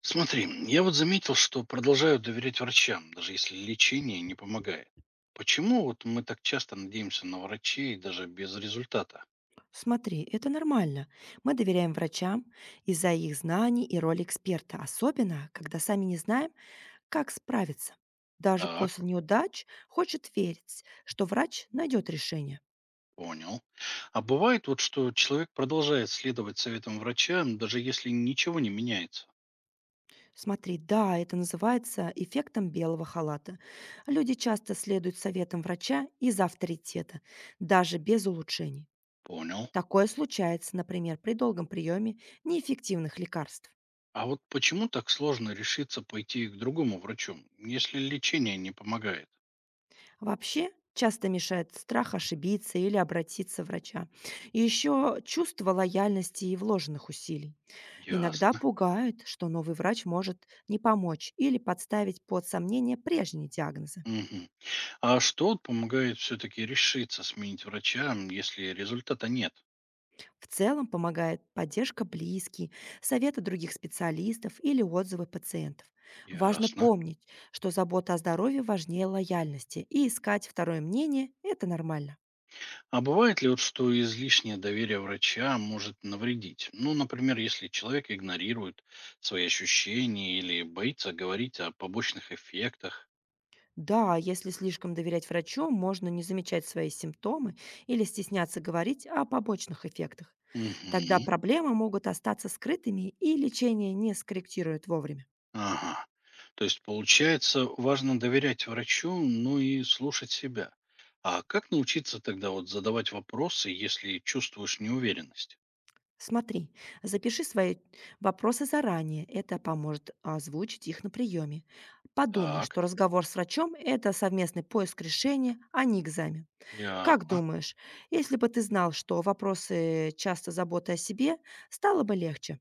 Смотри, я вот заметил, что продолжаю доверять врачам, даже если лечение не помогает. Почему вот мы так часто надеемся на врачей даже без результата? Смотри, это нормально. Мы доверяем врачам из-за их знаний и роли эксперта, особенно когда сами не знаем, как справиться. Даже Так, после неудач хочет верить, что врач найдет решение. понял. А бывает вот, что человек продолжает следовать советам врача, даже если ничего не меняется. Смотри, да, это называется эффектом белого халата. Люди часто следуют советам врача из авторитета, даже без улучшений. Понял. Такое случается, например, при долгом приеме неэффективных лекарств. А вот почему так сложно решиться пойти к другому врачу, если лечение не помогает? Вообще часто мешает страх ошибиться или обратиться врача. И еще чувство лояльности и вложенных усилий. Иногда Ясно. пугает, что новый врач может не помочь или подставить под сомнение прежние диагнозы. Мгм. А что вот помогает все-таки решиться сменить врача, если результата нет? В целом помогает поддержка близких, советы других специалистов или отзывы пациентов. Важно Ясно. помнить, что забота о здоровье важнее лояльности, и искать второе мнение – это нормально. А бывает ли вот, что излишнее доверие врача может навредить? Ну, например, если человек игнорирует свои ощущения или боится говорить о побочных эффектах. Да, если слишком доверять врачу, можно не замечать свои симптомы или стесняться говорить о побочных эффектах. Тогда Мгм. проблемы могут остаться скрытыми и лечение не скорректирует вовремя. Ага. То есть, получается, важно доверять врачу, ну и слушать себя. А как научиться тогда вот задавать вопросы, если чувствуешь неуверенность? Смотри, запиши свои вопросы заранее, это поможет озвучить их на приеме. Подумай, Так. что разговор с врачом – это совместный поиск решения, а не экзамен. Я Как думаешь, если бы ты знал, что вопросы часто заботы о себе, стало бы легче?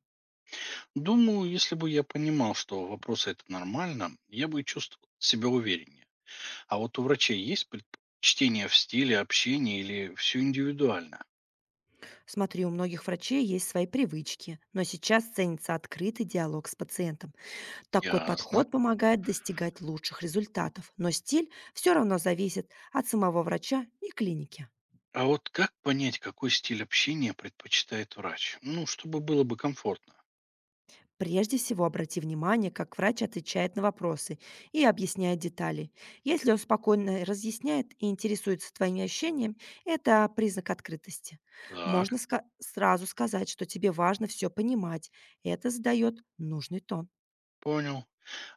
думаю, если бы я понимал, что вопросы это нормально, я бы чувствовал себя увереннее. А вот у врачей есть предпочтение в стиле общения или все индивидуально? Смотри, у многих врачей есть свои привычки, но сейчас ценится открытый диалог с пациентом. Такой Ясно. подход помогает достигать лучших результатов, но стиль все равно зависит от самого врача и клиники. А вот как понять, какой стиль общения предпочитает врач? Ну, чтобы было бы комфортно. Прежде всего, обрати внимание, как врач отвечает на вопросы и объясняет детали. Если он спокойно разъясняет и интересуется твоими ощущениями, это признак открытости. Так, Сразу сказать, что тебе важно все понимать. Это задает нужный тон. понял.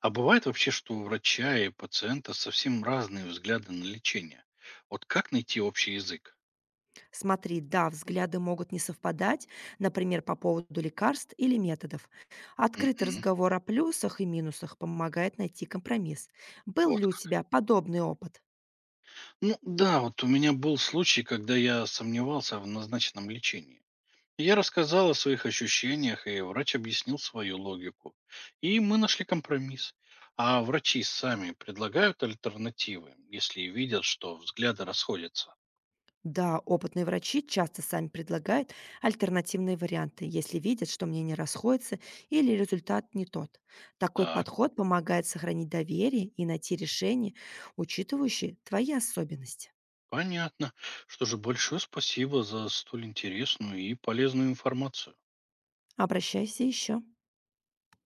А бывает вообще, что у врача и пациента совсем разные взгляды на лечение. Вот как найти общий язык? Смотри, да, взгляды могут не совпадать, например, по поводу лекарств или методов. Открытый Мгм. разговор о плюсах и минусах помогает найти компромисс. Был ли Вот у как. тебя подобный опыт? Ну да, вот у меня был случай, когда я сомневался в назначенном лечении. Я рассказал о своих ощущениях, и врач объяснил свою логику. И мы нашли компромисс. А врачи сами предлагают альтернативы, если видят, что взгляды расходятся. Да, опытные врачи часто сами предлагают альтернативные варианты, если видят, что мнение расходится или результат не тот. Такой Так, подход помогает сохранить доверие и найти решение, учитывающее твои особенности. понятно. Что же, большое спасибо за столь интересную и полезную информацию. Обращайся еще.